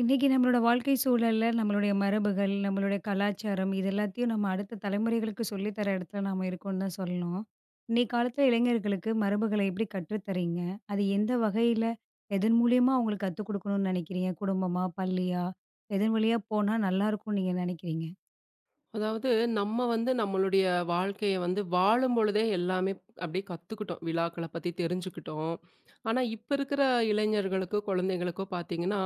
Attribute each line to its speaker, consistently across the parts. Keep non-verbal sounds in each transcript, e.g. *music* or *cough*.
Speaker 1: இன்னைக்கு நம்மளோட வாழ்க்கை சூழல்ல, நம்மளுடைய மரபுகள், நம்மளுடைய கலாச்சாரம் இது எல்லாத்தையும் நம்ம அடுத்த தலைமுறைகளுக்கு சொல்லி தர இடத்துல நாம இருக்கோம்ன்னு தான் சொல்லணும். இன்னைய காலத்துல இளைஞர்களுக்கு மரபுகள எப்படி கற்றுத்தரீங்க? அது எந்த வகையில, எதன் மூலியமா அவங்களுக்கு கத்துக் குடுக்கணும்னு நினைக்கிறீங்க? குடும்பமா? பள்ளியா? எதன் வழியா போனா நல்லாயிருக்கும்னு நீங்க நினைக்கிறீங்க?
Speaker 2: அதாவது நம்ம வந்து நம்மளுடைய வாழ்க்கைய வந்து வாழும் பொழுதே எல்லாமே அப்படியே கத்துக்கிட்டோம். விழாக்கள பத்தி தெரிஞ்சுக்கிட்டோம். ஆனா, இப்ப இருக்கிற இளைஞர்களுக்கோ, குழந்தைகளுக்கோ பார்த்தீங்கன்னா,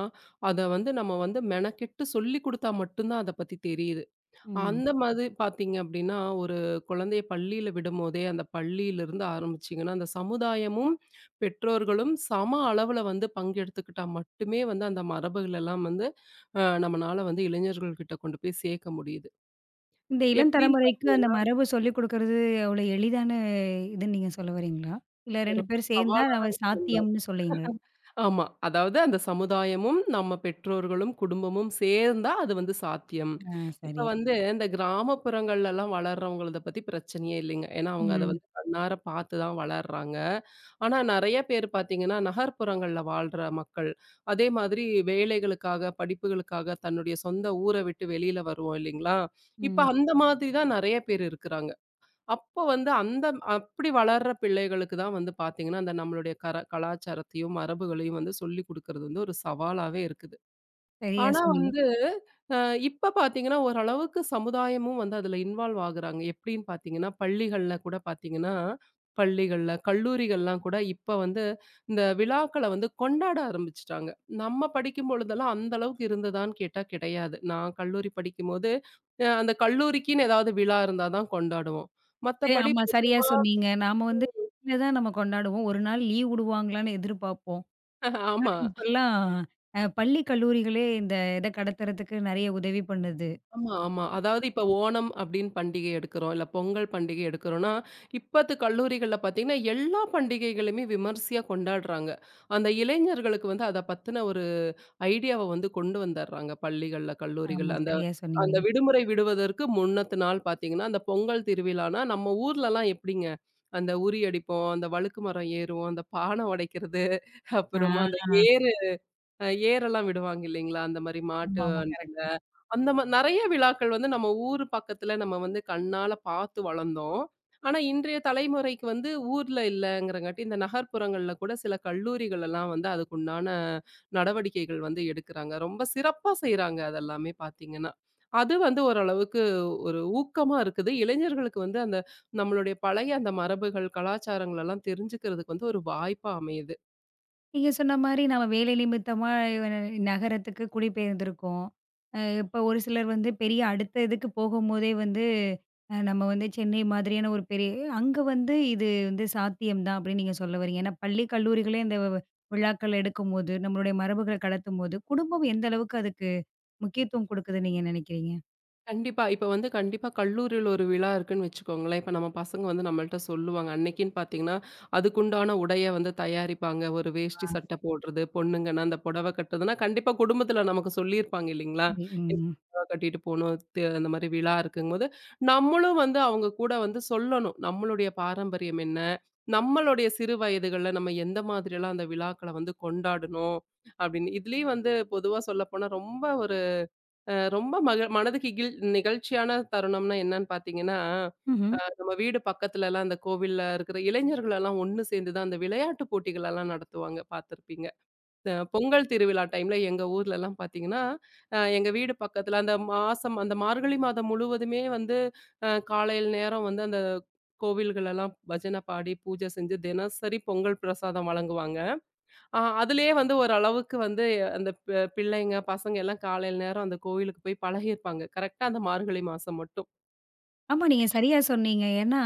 Speaker 2: அத வந்து நம்ம வந்து மெனக்கெட்டு சொல்லிக் குடுத்தா மட்டும் தான் அத பத்தி தெரியுது.
Speaker 1: ம்.
Speaker 2: அந்த மாதிரி பார்த்தீங்க அப்படின்னா, ஒரு குழந்தைய பள்ளியில விடும்போதே, அந்த பள்ளியிலிருந்து ஆரம்பிச்சீங்கன்னா, அந்த சமுதாயமும், பெற்றோர்களும் சம அளவுல வந்து பங்கெடுத்துக்கிட்டா மட்டுமே வந்து அந்த மரபுகளெல்லாம் வந்து நம்மனால வந்து இளைஞர்கள்கிட்ட கொண்டு போய் சேர்க்க முடியுது.
Speaker 1: இந்த இளம்
Speaker 2: எப்படின்னு
Speaker 1: தலைமுறைக்கு அந்த
Speaker 2: பார்த்தீங்கன்னா,
Speaker 1: மரபு சொல்லிக் குடுக்கறது அவ்வளோ எளிதான இதுன்னு நீங்க சொல்ல வரீங்களா? இல்ல
Speaker 2: அது
Speaker 1: 2
Speaker 2: ரொம்ப
Speaker 1: பேரும் சேர்ந்தா,
Speaker 2: சவாலான
Speaker 1: நம்ம
Speaker 2: விஷயம் தான்.
Speaker 1: சாத்தியம்ன்னு சொல்றீங்க?
Speaker 2: ஆமா. அதாவது அந்த சமுதாயமும், நம்ம பெற்றோர்களும், குடும்பமும் சேர்ந்தா அது வந்து சாத்தியம்.
Speaker 1: ஆ,
Speaker 2: இப்ப
Speaker 1: சரியா.
Speaker 2: வந்து இந்த கிராமப்புறங்கள்லலாம் வளர்றவங்களத பத்தி பிரச்சனையே இல்லைங்க. ஏன்னா, அவங்க அத
Speaker 1: ம்.
Speaker 2: வந்து கண்ணார பார்த்து தான் வளர்றாங்க. ஆனா நெறைய பேர் பார்த்தீங்கன்னா, நகர்ப்புறங்கள்ல வாழ்ற மக்கள், அதே மாதிரி வேலைகளுக்காக, படிப்புகளுக்காக தன்னுடைய சொந்த ஊர விட்டு வெளியில வருவோம் இல்லைங்களா? இப்ப
Speaker 1: ம்.
Speaker 2: அந்த மாதிரி தான் நெறைய பேர் இருக்கிறாங்க. அப்போ வந்து அந்த அப்படி வளர்ற பிள்ளைகளுக்கு தான் வந்து பார்த்தீங்கன்னா, அந்த நம்மளுடைய கலாச்சாரத்தையும், மரபுகளையும் வந்து சொல்லிக் குடுக்கறது வந்து ஒரு சவாலாவே இருக்குது.
Speaker 1: சரியா
Speaker 2: ஆனா
Speaker 1: சொன்னீங்க.
Speaker 2: வந்து, அ இப்ப பார்த்தீங்கன்னா, ஓரளவுக்கு சமுதாயமும் வந்து அதுல இன்வால்வ் ஆகுறாங்க. எப்படின்னு பார்த்தீங்கன்னா, பள்ளிகள்ல கூட பார்த்தீங்கன்னா, பள்ளிகள்ல, கல்லூரிகள்லாம் கூட இப்ப வந்து இந்த விழாக்கள வந்து கொண்டாட ஆரம்பிச்சுட்டாங்க. நம்ம படிக்கும் பொழுதெல்லாம் அந்த அளவுக்கு இருந்ததான்னு கேட்டா கிடையாது. நான் கல்லூரி படிக்கும்போது, அந்த கல்லூரிக்குன்னு ஏதாவது விழா இருந்தா தான் கொண்டாடுவோம்.
Speaker 1: சரி,
Speaker 2: மத்தபடி
Speaker 1: ஆமா.
Speaker 2: *laughs*
Speaker 1: சரியா சொன்னீங்க. நாம வந்து தான் நம்ம கொண்டாடுவோம். ஒரு நாள் லீவ் விடுவாங்களான்னு எதிர்பார்ப்போம். ஆனா,
Speaker 2: ஆமா.
Speaker 1: இப்பல்லாம் பள்ளி, கல்லூரிகளே இந்த இத கடத்துறதுக்கு நெறைய உதவி பண்ணுது.
Speaker 2: ஆமா, ஆமா. அதாவது இப்ப ஓணம் அப்படின்னு பண்டிகை எடுக்கிறோம். இல்ல பொங்கல் பண்டிகை எடுக்கிறோம்னா, இப்பத்து கல்லூரிகள்ல பார்த்தீங்கன்னா, எல்லா பண்டிகைகளுமே விமர்சையா கொண்டாடுறாங்க. அந்த இளைஞர்களுக்கு வந்து அத பத்தின ஒரு ஐடியாவ வந்து கொண்டு வந்துடுறாங்க. பள்ளிகள்ல,
Speaker 1: ஆமா,
Speaker 2: கல்லூரிகள்ல. அந்த
Speaker 1: சரியா
Speaker 2: அந்த
Speaker 1: சொன்னீங்க.
Speaker 2: விடுமுறை விடுவதற்கு முன்னத்து நாள் பார்த்தீங்கன்னா, அந்த பொங்கல் திருவிழானா நம்ம ஊர்லலாம் எப்படிங்க, அந்த உறி அடிப்போம், அந்த வழுக்கு மரம் ஏறுவோம், அந்த பானை உடைக்கிறது,
Speaker 1: ஆ
Speaker 2: அப்புறமா அந்த ஏறு அ ஏரெல்லாம் விடுவாங்க இல்லைங்களா? அந்த மாரி மாட்டு
Speaker 1: ஆமாமா.
Speaker 2: வண்டில.
Speaker 1: கரெக்ட்.
Speaker 2: அந்த மா நெறைய விழாக்கள் வந்து நம்ம ஊரு பக்கத்துல நம்ம வந்து கண்ணால பார்த்து வளர்ந்தோம். ஆனா, இன்றைய தலைமுறைக்கு வந்து ஊர்ல இல்லங்கிறங்காட்டி, இந்த நகர்ப்புறங்கள்ல கூட சில கல்லூரிகள் எல்லாம் வந்து அதுக்குண்டான நடவடிக்கைகள் வந்து எடுக்குறாங்க. ரொம்ப சிறப்பா செய்றாங்க அதெல்லாமே பார்த்தீங்கன்னா. அது வந்து ஓரளவுக்கு ஒரு ஊக்கமா இருக்குது. இளைஞர்களுக்கு வந்து அந்த நம்மளுடைய பழைய அந்த மரபுகள், கலாச்சாரங்கள் எல்லாம் தெரிஞ்சுக்கிறதுக்கு வந்து ஒரு வாய்ப்பா அமையுது.
Speaker 1: நீங்க சொன்ன மாரி நம்ம வேலை நிமித்தமா நகரத்துக்கு குடிபெயர்ந்திருக்கோம். இப்போ ஒரு சிலர் வந்து பெரிய அடுத்த இதுக்கு போகும்போதே வந்து, நம்ம வந்து சென்னை மாதிரியான ஒரு பெரிய அங்க வந்து இது வந்து சாத்தியம் தான் அப்படின்னு நீங்க சொல்ல வரீங்க. ஏன்னா பள்ளி, கல்லூரிகளே இந்த விழாக்கள் எடுக்கும்போது, நம்மளுடைய மரபுகள கடத்தும்போது, குடும்பம் எந்த அளவுக்கு அதுக்கு முக்கியத்துவம் குடுக்குதுன்னு நீங்க நினைக்கிறீங்க?
Speaker 2: கண்டிப்பா. இப்ப வந்து கண்டிப்பா கல்லூரியில ஒரு விழா இருக்குன்னு வச்சுக்கோங்களேன். இப்ப நம்ம பசங்க வந்து நம்மள்ட்ட சொல்லுவாங்க. அன்னைக்குன்னு பார்த்தீங்கன்னா, அதுக்குண்டான உடைய வந்து தயாரிப்பாங்க. ஒரு வேஷ்டி
Speaker 1: ஆ.
Speaker 2: சட்டை போடுறது, பொண்ணுங்கன்னா அந்த புடவை கட்டுறதுன்னா, கண்டிப்பா குடும்பத்துல நமக்கு சொல்லியிருப்பாங்க இல்லைங்களா?
Speaker 1: சரி.
Speaker 2: இந்த
Speaker 1: ம்.
Speaker 2: புடவை கட்டிட்டு போணும். அந்த மாரி விழா இருக்குங்கும்போது, நம்மளும் வந்து அவங்க கூட வந்து சொல்லணும். நம்மளுடைய பாரம்பரியம் என்ன? நம்மளுடைய சிறு வயதுகள்ல நம்ம எந்த மாதிரியெல்லாம் அந்த விழாக்கள வந்து கொண்டாடணும்? அப்படின்னு. இதுலயும் வந்து பொதுவா சொல்லப்போனா ரொம்ப ஒரு ரொம்ப மனதுக்கு நிகழ்ச்சியான தருணம்னா என்னன்னு பார்த்தீங்கன்னா,
Speaker 1: ம்ஹ்ம்.
Speaker 2: நம்ம வீடு பக்கத்துலலாம் அந்த கோவில்ல இருக்கிற இளைஞர்கள் எல்லாம் ஒண்ணு சேர்ந்து தான் அந்த விளையாட்டு போட்டிகளெல்லாம் நடத்துவாங்க, பார்த்துருப்பீங்க. பொங்கல் திருவிழா டைம்ல எங்க ஊர்லலாம் பார்த்தீங்கன்னா, எங்க வீடு பக்கத்துல அந்த மாசம் அந்த மார்கழி மாதம் முழுவதுமே வந்து காலையில் நேரம் வந்து அந்த கோவில்களெல்லாம் பஜனை பாடி, பூஜை செஞ்சு தினசரி பொங்கல் பிரசாதம் வழங்குவாங்க. ஆ அதிலேயே வந்து ஓரளவுக்கு வந்து அந்த பிள்ளைங்க, பசங்க எல்லாம் காலையில நேரம் அந்த கோயிலுக்கு போய் பழகியிருப்பாங்க. கரெக்ட்டா அந்த மார்கழி மாசம் மட்டும்.
Speaker 1: ஆமா, நீங்க சரியா சொன்னீங்க. ஏன்னா,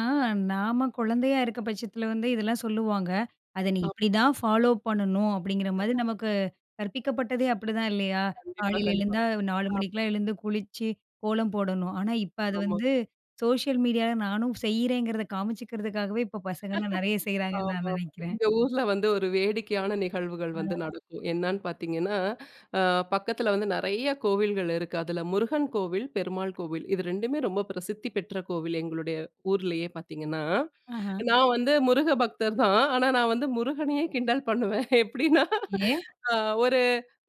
Speaker 1: நாம குழந்தையா இருக்க பட்சத்தில வந்து இதெல்லாம் சொல்லுவாங்க. அத நீ
Speaker 2: ஆமா.
Speaker 1: இப்படிதான் ஃபாலோ பண்ணணும் அப்படிங்கிற மாதிரி நமக்கு கற்பிக்கப்பட்டதே அப்படிதான் இல்லையா?
Speaker 2: கண்டிப்பா,
Speaker 1: காலையில
Speaker 2: கண்டிப்பா.
Speaker 1: எழுந்தா 4
Speaker 2: ஆமா,
Speaker 1: மணிக்கெல்லாம் எழுந்து குளிச்சு, கோலம் போடணும். ஆனா, இப்ப அது
Speaker 2: ஆமா,
Speaker 1: வந்து சோஷியல் மீடியால நானும் செய்றேங்கிறத காமிச்சுக்கிறதுக்காகவே இப்ப பசங்கலாம் நெறைய செய்றாங்கன்னு நான்
Speaker 2: ஆமாமா.
Speaker 1: நினைக்கிறேன்.
Speaker 2: எங்க ஊர்ல வந்து ஒரு வேடிக்கையான நிகழ்வுகள் வந்து நடக்கும். என்னன்னு பார்த்தீங்கன்னா, அ பக்கத்துல வந்து நெறைய கோவில்கள் இருக்கு. அதுல முருகன் கோவில், பெருமாள் கோவில். இது 2மே ரொம்ப பிரசித்தி பெற்ற கோவில் எங்களுடைய ஊர்லயே பார்த்தீங்கன்னா.
Speaker 1: ஆஹா.
Speaker 2: நான் வந்து முருக பக்தர் தான். ஆனா நான் வந்து முருகனையே கிண்டல் பண்ணுவேன். எப்படின்னா
Speaker 1: ஏன்?
Speaker 2: அ ஒரு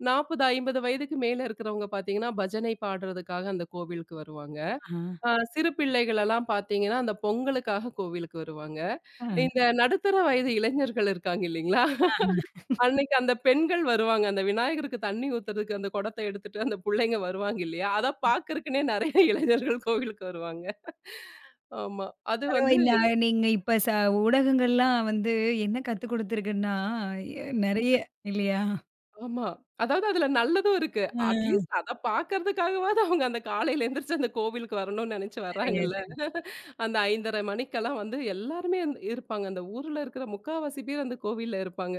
Speaker 2: 40, 50 வயதுக்கு மேல இருக்கிறவங்க பார்த்தீங்கன்னா, பஜனை பாடுறதுக்காக அந்த கோவிலுக்கு வருவாங்க.
Speaker 1: ஆஹா.
Speaker 2: சிறு பிள்ளைகள் எல்லாம் பார்த்தீங்கன்னா, அந்த பொங்கலுக்காக கோவிலுக்கு வருவாங்க.
Speaker 1: ஆ.
Speaker 2: இந்த நடுத்தர வயது இளைஞர்கள் இருக்காங்க இல்லைங்களா? அன்னைக்கு அந்த பெண்கள் வருவாங்க. அந்த விநாயகருக்கு தண்ணி ஊத்துறதுக்கு அந்த குடத்த எடுத்துட்டு அந்த புள்ளைங்க வருவாங்க இல்லையா? அத பார்க்கறக்குன்னே நெறைய இளைஞர்கள் கோவிலுக்கு வருவாங்க. ஆமா. அது
Speaker 1: பரவா
Speaker 2: வந்து
Speaker 1: இந்த நீங்க இப்ப ஊடகங்கள்லாம் வந்து என்ன கத்துக் குடுத்துருக்குன்னா, நெறைய இல்லையா?
Speaker 2: ஆமா. அதாவது அதுல நல்லதும் இருக்கு.
Speaker 1: ஆ.
Speaker 2: அட்லீஸ்ட் அத பார்க்கறதுக்காகவாவது அவங்க அந்த காலையில எந்திரிச்சு அந்த கோவிலுக்கு வரணும்னு நெனச்சு
Speaker 1: சரியா
Speaker 2: வர்றாங்கல்ல.
Speaker 1: சொன்னீங்க.
Speaker 2: அந்த 5:30 மணிக்கெல்லாம் வந்து எல்லாருமே இருப்பாங்க. அந்த ஊர்ல இருக்கிற முக்காவாசி பேர் அந்த கோவில்ல இருப்பாங்க.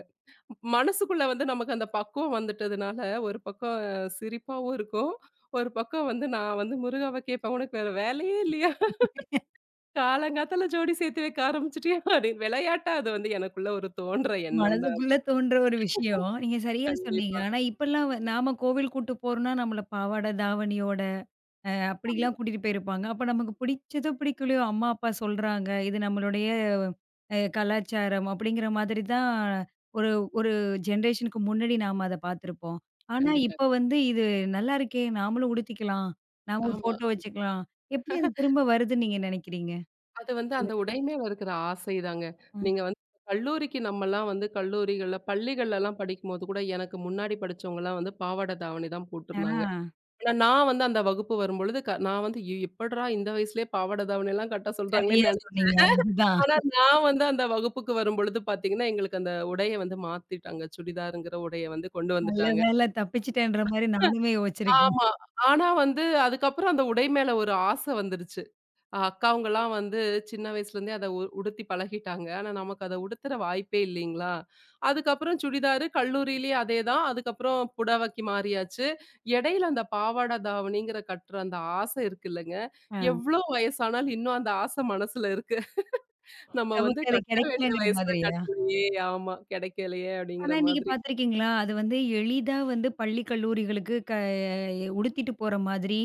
Speaker 2: மனசுக்குள்ள வந்து நமக்கு அந்த பக்குவம் வந்துட்டதுனால, ஒரு பக்கம் சிரிப்பாவும் இருக்கும். ஒரு பக்கம் வந்து நான் வந்து முருகாவ கேட்பேன், "உனக்கு வேற வேலையே இல்லையா? காலங்காத்தால ஜோடி சேர்த்து வைக்க ஆரம்பிச்சுட்டியா?" அப்படின்னு விளையாட்டா அது வந்து எனக்குள்ள ஒரு தோன்ற எண்ணம் தான்.
Speaker 1: மனதுக்குள்ள தோன்ற ஒரு விஷயம். நீங்க சரியா சொன்னீங்க.
Speaker 2: கண்டிப்பா.
Speaker 1: ஆனா இப்பல்லாம் வ நாம கோவில் கூட்டு போறோம்னா, நம்மள பாவாடை, தாவணியோட அப்படிலாம்
Speaker 2: ஆமா.
Speaker 1: கூட்டிட்டு போயிருப்பாங்க. அப்ப நமக்கு பிடிச்சதோ, பிடிக்கலையோ அம்மா, அப்பா சொல்றாங்க. இது நம்மளுடைய கலாச்சாரம் அப்படிங்கிற மாதிரி தான் ஒரு ஒரு ஜெனரேஷனுக்கு முன்னாடி நாம அத பார்த்துருப்போம். ஆனா
Speaker 2: கண்டிப்பா.
Speaker 1: இப்ப வந்து இது நல்லா இருக்கே! நாமளும் உடுத்திக்கலாம். நாம ஒரு
Speaker 2: ஆமா.
Speaker 1: ஃபோட்டோ வச்சுக்கலாம். எப்படி அது திரும்ப வருதுன்னு நீங்க நினைக்கிறீங்க?
Speaker 2: அது வந்து அந்த உடை மேல இருக்கிற ஆசைதாங்க. நீங்க வந்து கல்லூரிக்கு நம்மலாம் வந்து கல்லூரிகள்ல, பள்ளிகள்லலாம் படிக்கும்போது கூட எனக்கு முன்னாடி படிச்சவங்கலாம் வந்து பாவாடை, தாவணி தான்
Speaker 1: ஆ.
Speaker 2: போட்டிருந்தாங்க. ஆனா நான் வந்து அந்த வகுப்பு வரும்பொழுது நான் வந்து "ஐயோ! எப்பட்றா இந்த வயசுலயே பாவாடை, தாவணிலாம் கட்ட சொல்றாங்களேன்னு"
Speaker 1: சரியா சொன்னீங்க.
Speaker 2: நெனச்சேன்.
Speaker 1: அதுதான்.
Speaker 2: ஆனா நான் வந்து அந்த வகுப்புக்கு வரும்பொழுது பார்த்தீங்கன்னா, எங்களுக்கு அந்த உடைய வந்து மாத்திட்டாங்க. சுடிதாருங்கிற உடைய வந்து கொண்டு
Speaker 1: நல்ல
Speaker 2: வந்துட்டாங்க.
Speaker 1: வேளை தப்பிச்சுட்டேன்ற மாரி நானுமே யோசிச்சிருக்கேன்.
Speaker 2: ஆமா. ஆனா வந்து அதுக்கப்புறம் அந்த உடை மேல ஒரு ஆசை வந்துருச்சு. அக்காவங்கலாம் வந்து சின்ன வயசுலேருந்தே அத உடுத்தி பழகிட்டாங்க. ஆனா, நமக்கு அத உடுத்துற வாய்ப்பே இல்லைங்களா? அதுக்கப்புறம் சுடிதாரு கல்லூரியிலேயே அதே தான். அதுக்கப்புறம் புடவைக்கு மாறியாச்சு. இடையில அந்த பாவாடை தாவணிங்கிற கட்டுற அந்த ஆசை இருக்கு இல்லங்க,
Speaker 1: ஆ.
Speaker 2: எவ்ளோ வயசானாலும் இன்னும் அந்த ஆசை மனசுல இருக்கு. நம்ம வந்து
Speaker 1: நமக்கு அது
Speaker 2: கட்ட வேண்டிய
Speaker 1: கிடைக்கலங்கிற
Speaker 2: வயசுல
Speaker 1: மாதிரியா?
Speaker 2: கட்டலையே, ஆமா கிடைக்கலையே
Speaker 1: ஆனா
Speaker 2: அப்படிங்கிற
Speaker 1: இன்னைக்கு
Speaker 2: மாதிரி.
Speaker 1: பார்த்துருக்கீங்களா? அது வந்து எளிதா வந்து பள்ளி, கல்லூரிகளுக்கு உடுத்திட்டு போற மாதிரி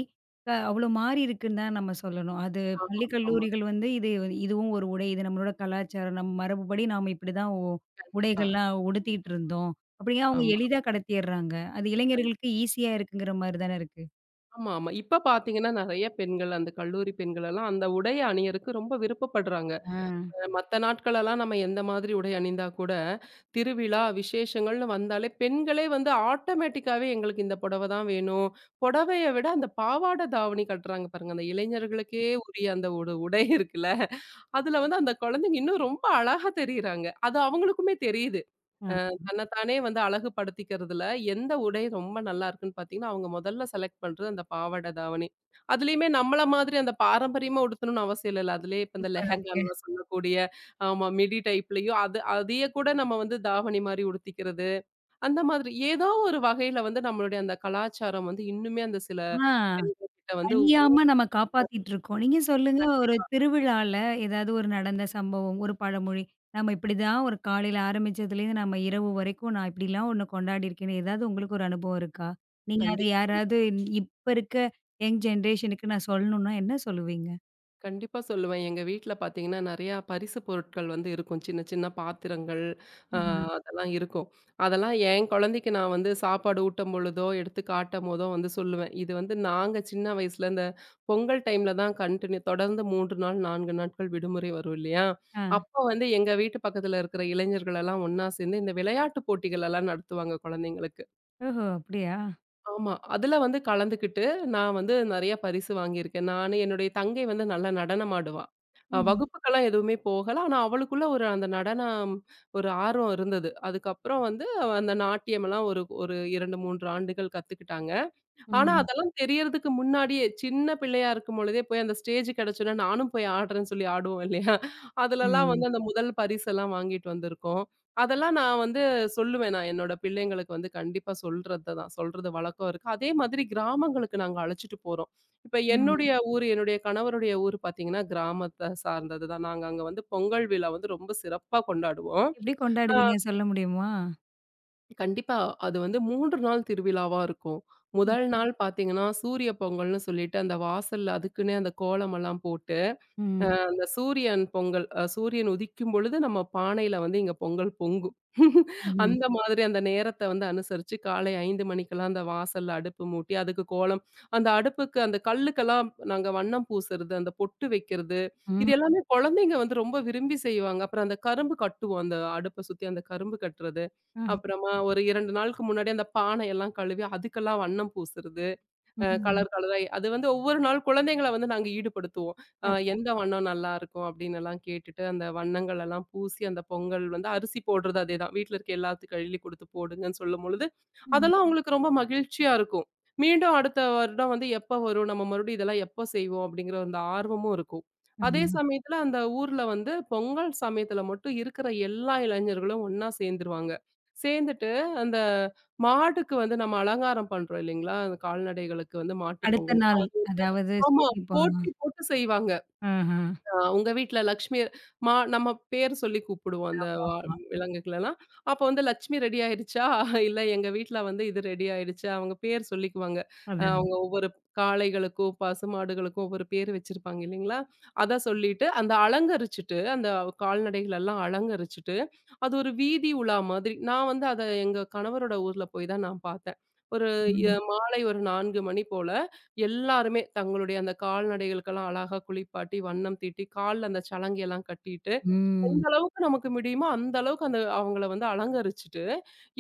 Speaker 1: அவ்ளோ மாறி இருக்குன்னு தான் நம்ம சொல்லணும். அது
Speaker 2: ஆமா,
Speaker 1: பள்ளி,
Speaker 2: ஆமா.
Speaker 1: கல்லூரிகள் வந்து இது இதுவும் ஒரு உடை. இது நம்மளோட கலாச்சாரம். நம்ம மரபுபடி நாம இப்படிதான்
Speaker 2: கண்டிப்பா.
Speaker 1: உடைகள்லாம் உடுத்திட்டு இருந்தோம். அப்படியே அவங்க
Speaker 2: ஆமா,
Speaker 1: எளிதா கடத்திர்றாங்க. அது
Speaker 2: கண்
Speaker 1: இளைஞர்களுக்கு ஈஸியா இருக்குங்கிற மாரி தானே இருக்கு.
Speaker 2: ஆமா, ஆமா. இப்ப பார்த்தீங்கன்னா, நெறைய பெண்கள் அந்த கல்லூரி பெண்கள் எல்லாம் அந்த உடைய அணியறக்கு ரொம்ப விருப்பப்படுறாங்க.
Speaker 1: ஆ.
Speaker 2: மத்த நாட்களெல்லாம் நம்ம எந்த மாதிரி உடை அணிந்தா கூட, திருவிழா, விசேஷங்கள்னு வந்தாலே பெண்களே வந்து ஆட்டோமேட்டிக்காவே எங்களுக்கு இந்த புடவை தான் வேணும். புடவைய விட அந்த பாவாடை தாவணி கட்டுறாங்க பாருங்க. அந்த இளைஞர்களுக்கே உரிய அந்த ஒரு உடை இருக்குல்ல. அதுல வந்து அந்த குழந்தைங்க இன்னும் ரொம்ப அழகா தெரியிறாங்க. அது அவங்களுக்குமே தெரியுது.
Speaker 1: ஆ.
Speaker 2: தன்னத்தானே வந்து அழகுபடுத்திக்கிறதுல எந்த உடை ரொம்ப நல்லா இருக்குன்னு பார்த்தீங்கன்னா, அவங்க முதல்ல செலக்ட் பண்றது அந்த பாவாடை, தாவணி. அதுலயுமே நம்மள மாதிரி அந்த பாரம்பரியமா உடுத்தணும்னு அவசியம் இல்லல்ல. அதுலயே இப்ப இந்த
Speaker 1: இப்ப நெறைய
Speaker 2: லெஹெங்கான்லாம் சொல்லக்கூடிய ஆமா மிடி டைப்லயும் அது அதையே கூட நம்ம வந்து தாவணி மாரி உடுத்திக்கிறது. அந்த மாதிரி ஏதோ ஒரு வகையில வந்து நம்மளுடைய அந்த கலாச்சாரம் வந்து இன்னுமே அந்த சில
Speaker 1: ஆ.
Speaker 2: பெண்கள் கிட்ட வந்து
Speaker 1: அழியாம நம்ம காப்பாத்திட்டுருக்கோம். நீங்க சொல்லுங்க ஒரு
Speaker 2: கண்டிப்பா,
Speaker 1: திருவிழால ஏதாவது ஒரு நடந்த சம்பவம், ஒரு பழமொழி. நம்ம இப்படிதான் ஒரு காலையில ஆரம்பிச்சதுலேருந்து நம்ம இரவு வரைக்கும் நான் இப்படிலாம் ஒண்ணு கொண்டாடியிருக்கேன்னு ஏதாவது உங்களுக்கு ஒரு அனுபவம் இருக்கா? நீங்க அத
Speaker 2: கண்டிப்பா.
Speaker 1: யாராவது இப்ப இருக்க யங் ஜெனரேஷனுக்கு நான் சொல்லணும்னா என்ன சொல்லுவீங்க?
Speaker 2: கண்டிப்பா சொல்லுவேன். எங்க வீட்ல பார்த்தீங்கன்னா, நெறையா பரிசு பொருட்கள் வந்து இருக்கும். சின்ன சின்ன பாத்திரங்கள், அ அதெல்லாம் இருக்கும். அதெல்லாம் என் குழந்தைக்கு நான் வந்து சாப்பாடு ஊட்டும் பொழுதோ, எடுத்து காட்டும்போதோ வந்து சொல்லுவேன். இது வந்து நாங்க சின்ன வயசுல இந்த பொங்கல் டைம்ல தான் கன்டின்யூ தொடர்ந்து 3 நாள், 4 நாட்கள் விடுமுறை வரும் இல்லையா?
Speaker 1: ஆ.
Speaker 2: அப்போ வந்து எங்க வீட்டு பக்கத்துல இருக்கிற இளைஞர்கள் எல்லாம் ஒண்ணா சேர்ந்து இந்த விளையாட்டு போட்டிகள் எல்லாம் நடத்துவாங்க குழந்தைங்களுக்கு.
Speaker 1: ஓஹோ! அப்படியா?
Speaker 2: ஆமா. அதுல வந்து கலந்துக்கிட்டு, நான் வந்து நெறைய பரிசு வாங்கியிருக்கேன். நானு, என்னுடைய தங்கை வந்து நல்லா நடனம் ஆடுவா.
Speaker 1: ம்.
Speaker 2: வகுப்புக்கெல்லாம் எதுவுமே போகல. ஆனா, அவளுக்குள்ள ஒரு அந்த நடனம் ஒரு ஆர்வம் இருந்தது. அதுக்கப்புறம் வந்து அவ அந்த நாட்டியமெல்லாம் ஒரு ஒரு 2, 3 ஆண்டுகள் கத்துக்கிட்டாங்க. ஆனா,
Speaker 1: ம்.
Speaker 2: அதெல்லாம் தெரியறதுக்கு முன்னாடியே, சின்ன பிள்ளையா இருக்கும் பொழுதே போய் அந்த ஸ்டேஜ் கிடைச்சோனே, நானும் போய் ஆடுறேன்னு சொல்லி ஆடுவோம் இல்லையா? அதுலலாம்
Speaker 1: ம்.
Speaker 2: வந்து அந்த முதல் பரிசெல்லாம் வாங்கிட்டு வந்திருக்கோம். அதெல்லாம் நான் வந்து சொல்லுவேன். நான் என்னோட பிள்ளைங்களுக்கு வந்து கண்டிப்பா சொல்றது தான். சொல்றது வழக்கம் இருக்கு. அதே மாதிரி கிராமங்களுக்கு நாங்க அழைச்சிட்டு போறோம். இப்ப
Speaker 1: ம்.
Speaker 2: என்னுடைய ஊர், என்னுடைய கணவருடைய ஊர் பார்த்தீங்கன்னா, கிராமத்த சார்ந்தது தான். நாங்க அங்க வந்து பொங்கல் விழா வந்து ரொம்ப சிறப்பா கொண்டாடுவோம்.
Speaker 1: எப்படி கொண்டாடுவீங்க சொல்ல முடியுமா?
Speaker 2: கண்டிப்பா. அது வந்து 3 நாள் திருவிழாவா இருக்கும்.
Speaker 1: ம்.
Speaker 2: முதல் நாள் பார்த்தீங்கன்னா, சூரிய பொங்கல்னு சொல்லிட்டு அந்த வாசல்ல அதுக்குன்னே அந்த கோலமெல்லாம் போட்டு
Speaker 1: ம்.
Speaker 2: அந்த சூரியன் பொங்கல். சூரியன் உதிக்கும் பொழுது நம்ம பானையில வந்து இங்க பொங்கல் பொங்கும். *laughs*
Speaker 1: ம்.
Speaker 2: அந்த மாதிரி அந்த நேரத்த வந்து அனுசரிச்சு காலை 5 மணிக்கெல்லாம் அந்த வாசல்ல அடுப்பு மூட்டி, அதுக்கு கோலம் அந்த அடுப்புக்கு அந்த கல்லுக்கெல்லாம் நாங்க வண்ணம் பூசுறது, அந்த பொட்டு வைக்கிறது,
Speaker 1: ம்.
Speaker 2: இது எல்லாமே குழந்தைங்க வந்து ரொம்ப விரும்பி செய்வாங்க. அப்புறம் அந்த கரும்பு கட்டுவோம். அந்த அடுப்ப சுத்தி அந்த கரும்பு கட்டுறது. அப்புறமா ஒரு 2 நாளுக்கு முன்னாடி அந்த பானையெல்லாம் கழுவி அதுக்கெல்லாம் வண்ணம் பூசுறது.
Speaker 1: ம்.
Speaker 2: கலர் கலரா அது வந்து ஒவ்வொரு நாள் குழந்தைங்கள வந்து நாங்க ஈடுபடுத்துவோம். எந்த
Speaker 1: பரவால்ல.
Speaker 2: வண்ணம் நல்லாருக்கும் அப்டின்னெல்லாம் கேட்டுட்டு, அந்த வண்ணங்கள் எல்லாம் பூசி அந்த பொங்கல் வந்து அரிசி போடுறது அதேதான். வீட்ல இருக்க எல்லாத்துக்கும் அள்ளி குடுத்து போடுங்கன்னு சொல்லும்பொழுது,
Speaker 1: ம்.
Speaker 2: அதெல்லாம் அவங்களுக்கு ரொம்ப மகிழ்ச்சியா இருக்கும். மீண்டும் அடுத்த வருடம் வந்து எப்ப வரும்? நம்ம மறுபடியும் இதெல்லாம் எப்ப செய்வோம்? அப்டிங்கிற அந்த ஆர்வமும் இருக்கும். அதே
Speaker 1: ஆமா.
Speaker 2: சமயத்துல அந்த ஊர்ல வந்து பொங்கல் சமயத்துல மட்டும் இருக்கிற எல்லா இளைஞர்களும் ஒண்ணா சேர்ந்துருவாங்க. சேர்ந்துட்டு அந்த மாடுக்கு வந்து நம்ம அலங்காரம் பண்றோம் இல்லைங்களா? அந்த கால்நடைகளுக்கு வந்து மாட்டு
Speaker 1: அடுத்த
Speaker 2: பொங்கல்
Speaker 1: நாள்.
Speaker 2: வந்து
Speaker 1: அதாவது
Speaker 2: ஆமா.
Speaker 1: சூரியன் போன
Speaker 2: போட்டி போட்டு செய்வாங்க.
Speaker 1: ஆஹா.
Speaker 2: உங்க வீட்ல லக்ஷ்மி நம்ம பேர் சொல்லி கூப்பிடுவோம் அந்த
Speaker 1: ஆமாமா.
Speaker 2: விலங்குகளலாம். அப்ப வந்து லட்சுமி ரெடி ஆயிடுச்சா? இல்ல எங்க வீட்ல வந்து இது ரெடி ஆயிடுச்சு. அவங்க பேர் சொல்லிக்குவாங்க.
Speaker 1: அதான்.
Speaker 2: அவங்க ஒவ்வொரு காளைகளுக்கும், பசுமாடுகளுக்கும் ஒவ்வொரு பேர் வச்சிருப்பாங்க இல்லைங்களா? அத சொல்லிட்டு, அந்த அலங்கரிச்சுட்டு அந்த கால்நடைகளெல்லாம் அலங்கரிச்சுட்டு அது ஒரு வீதி உலா மாதிரி. நான் வந்து அத எங்க கணவரோட ஊர்ல போய் தான் நான் பார்த்தேன். ஒரு எ
Speaker 1: ம்.
Speaker 2: மாலை ஒரு 4 மணி போல எல்லாருமே தங்களுடைய அந்த கால்நடைகளுக்கெல்லாம் அழகா குளிப்பாட்டி, வண்ணம் தீட்டி, கால்ல அந்த சலங்கையெல்லாம் கட்டிட்டு,
Speaker 1: ம்.
Speaker 2: எந்த அளவுக்கு நமக்கு முடியுமோ அந்த அளவுக்கு அந்த அவங்கள வந்து அலங்கரிச்சுட்டு,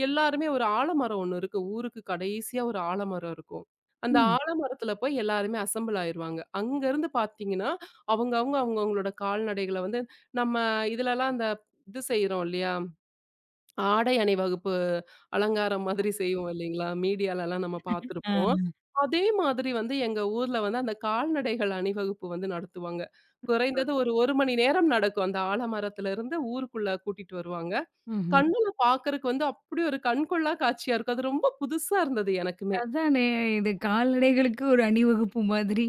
Speaker 2: எல்லாருமே ஒரு ஆலமரம் ஒண்ணு இருக்கு. ஊருக்கு கடைசியா ஒரு ஆலமரம் இருக்கும். அந்த
Speaker 1: ம்.
Speaker 2: ஆலமரத்துல போய் எல்லாருமே அசெம்பிள் ஆயிருவாங்க. அங்கருந்து பார்த்தீங்கன்னா, அவங்கவங்க அவங்கவங்களோட கால்நடைகள வந்து நம்ம இதுலலாம் அந்த இது செய்றோம் இல்லையா? ஆடை அணிவகுப்பு அலங்காரம் மாதிரி செய்வோம் இல்லைங்களா? மீடியாலலாம் நம்ம
Speaker 1: ஆ.
Speaker 2: பார்த்துருப்போம். அதே மாதிரி வந்து எங்க ஊர்ல வந்து அந்த கால்நடைகள் அணிவகுப்பு வந்து நடத்துவாங்க. குறைந்தது ஒரு 1 மணி நேரம் நடக்கும். அந்த ஆலமரத்திலிருந்து ஊருக்குள்ள கூட்டிட்டு வருவாங்க.
Speaker 1: ம்ஹ்ம்.
Speaker 2: கண்ணுல பார்க்கறக்கு வந்து அப்படி ஒரு கண்கொள்ளா காட்சியா இருக்கும். அது ரொம்ப புதுசா இருந்தது எனக்குமே.
Speaker 1: அதானே இது கால்நடைகளுக்கு ஒரு அணிவகுப்பு மாதிரி.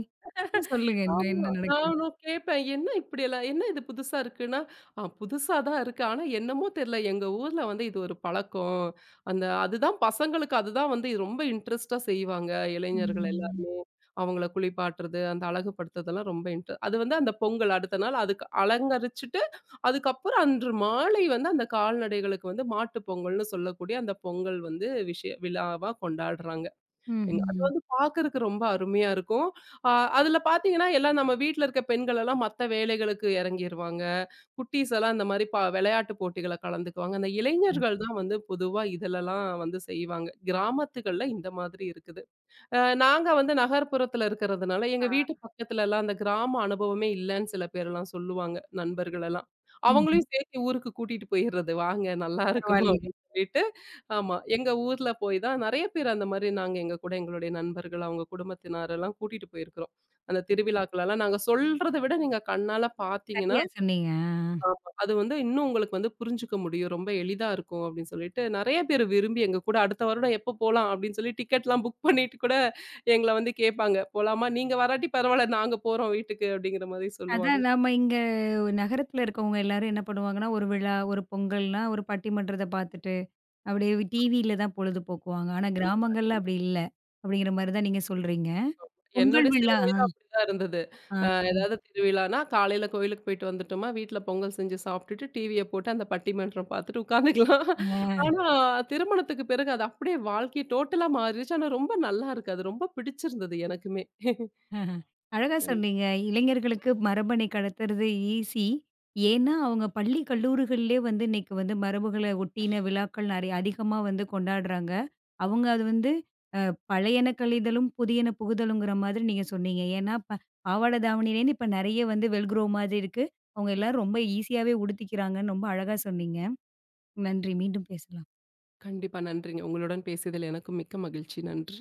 Speaker 1: சொல்லுங்க என்ன என்ன
Speaker 2: ஆமா.
Speaker 1: நடக்குது?
Speaker 2: நானும் கேட்பேன். என்ன இப்படியெல்லாம் என்ன இது புதுசா இருக்குன்னா, புதுசா தான் இருக்கு. ஆனா என்னமோ தெரியல. எங்க ஊர்ல வந்து இது ஒரு பழக்கம். அந்த அதுதான் பசங்களுக்கு அதுதான் வந்து இது ரொம்ப இன்ட்ரெஸ்ட்டா செய்வாங்க. இளைஞர்கள்
Speaker 1: ம்.
Speaker 2: எல்லாருமே. அவங்கள குளிப்பாட்டுறது, அந்த அழகுபடுத்துறதெல்லாம் ரொம்ப அது வந்து அந்த பொங்கல் அடுத்த நாள் அதுக்கு அலங்கரிச்சுட்டு, அதுக்கப்புறம் அன்று மாலை வந்து அந்த கால்நடைகளுக்கு வந்து மாட்டு பொங்கல்னு சொல்லக்கூடிய அந்த பொங்கல் வந்து விஷய விழாவா கொண்டாடுறாங்க. எங்க அது
Speaker 1: ம்ஹ்ம்.
Speaker 2: வந்து பார்க்கறக்கு ரொம்ப அருமையா இருக்கும். அ அதுல பார்த்தீங்கன்னா, எல்லாம் நம்ம வீட்ல இருக்க பெண்கள் எல்லாம் மத்த வேலைகளுக்கு இறங்கிருவாங்க. குட்டீஸ் எல்லாம் இந்த மாரி விளையாட்டு போட்டிகள்ல கலந்துக்குவாங்க. அந்த
Speaker 1: ம்.
Speaker 2: இளைஞர்கள் தான் வந்து பொதுவா இதுலலாம் வந்து செய்வாங்க. கிராமத்துகள்ல இந்த மாதிரி இருக்குது. நாங்க வந்து நகர்ப்புறத்துல இருக்கிறதுனால, எங்க
Speaker 1: ஆ.
Speaker 2: வீட்டு பக்கத்துலலாம் அந்த கிராம அனுபவமே இல்லன்னு சில பேர்லாம் சொல்லுவாங்க, நண்பர்களெல்லாம்.
Speaker 1: ம்ஹ்ம்.
Speaker 2: அவங்களையும் சேர்த்து ஊருக்கு கூட்டிட்டு போயிர்றது. வாங்க நல்லாருக்கும்
Speaker 1: பரவாயில்லையே.
Speaker 2: அப்படின்னு சொல்லிட்டு. ஆமா. எங்க ஊர்ல போய் தான் நெறைய பேர் அந்த மாரி நாங்க எங்க கூட எங்களுடைய நண்பர்கள், அவங்க குடும்பத்தினரெல்லாம் கூட்டிட்டு போயிருக்கிறோம். அந்த திருவிழாக்களெல்லாம் நாங்க சொல்றத விட நீங்க கண்ணால பார்த்தீங்கன்னா,
Speaker 1: சரியா சொன்னீங்க. ஆ.
Speaker 2: ஆமா. அது வந்து இன்னும் உங்களுக்கு வந்து புரிஞ்சுக்க முடியும். ரொம்ப எளிதா இருக்கும் அப்படின்னு சொல்லிட்டு, நெறைய பேர் விரும்பி எங்க கூட அடுத்த வருடம் எப்போ போலாம் அப்படின்னு சொல்லி டிக்கெட்லாம் புக் பண்ணிட்டு கூட எங்கள வந்து கேட்பாங்க. போலாமா? நீங்க வராட்டி பரவால்ல. நாங்க போறோம் வீட்டுக்கு அப்படிங்கிற மாரி சொல்லுவாங்க.
Speaker 1: அதான் நாம இங்க நகரத்துல இருக்கவங்க எல்லாரும் என்ன பண்ணுவாங்கன்னா, ஒரு விழா, ஒரு பொங்கல்னா ஒரு பட்டிமன்றத்த பார்த்துட்டு, அப்படியே டிவியில தான் பொழுது போக்குவாங்க. ஆனா
Speaker 2: கண்டிப்பா,
Speaker 1: கிராமங்கள்ல அப்படி
Speaker 2: கண்டிப்பா.
Speaker 1: இல்ல. அப்படிங்கிற மாரி தான் நீங்க சொல்றீங்க.
Speaker 2: என்னோட
Speaker 1: பொங்கல்
Speaker 2: சிறு
Speaker 1: விழா.
Speaker 2: வயது அப்படிதான் இருந்தது.
Speaker 1: ஆ,
Speaker 2: ஏதாவது திருவிழான்னா, காலையில கோயிலுக்கு போயிட்டு வந்துட்டோமா, வீட்ல பொங்கல் செஞ்சு சாப்பிட்டுட்டு, டிவிய போட்டு அந்த பட்டிமன்றம் பார்த்துட்டு உட்காந்துக்கலாம்.
Speaker 1: ஆ,
Speaker 2: ஆனா திருமணத்துக்கு பிறகு அது அப்படியே வாழ்க்கை டோட்டலா மாறிருச்சு. ஆனா ரொம்ப நல்லா இருக்கு. அது ரொம்ப பிடிச்சிருந்தது எனக்குமே.
Speaker 1: ஆஹ. அழகா
Speaker 2: கண்
Speaker 1: சொன்னீங்க. இளைஞர்களுக்கு மரபணை கடத்துறது ஈஸி. ஏன்னா, அவங்க பள்ளி, கல்லூரிகள்லயே வந்து இன்னைக்கு வந்து மரபுகள ஒட்டின விழாக்கள் நெறைய அதிகமா வந்து கொண்டாடுறாங்க. அவங்க அது வந்து அ பழையன கழிதலும், புதியன புகுதலுங்கிற மாதிரி நீங்க சொன்னீங்க. ஏன்னா, பாவாடை தாவணியிலேருந்து இப்ப நெறைய வந்து வெல்க்ரோ மாதிரி இருக்கு. அவங்க எல்லாரும் ரொம்ப ஈஸியாவே உடுத்திக்கிறாங்கன்னு ரொம்ப அழகா சொன்னீங்க. நன்றி. மீண்டும் பேசலாம்.
Speaker 2: கண்டிப்பா நன்றிங்க. உங்களுடன் பேசியதில் எனக்கும் மிக்க மகிழ்ச்சி. நன்றி.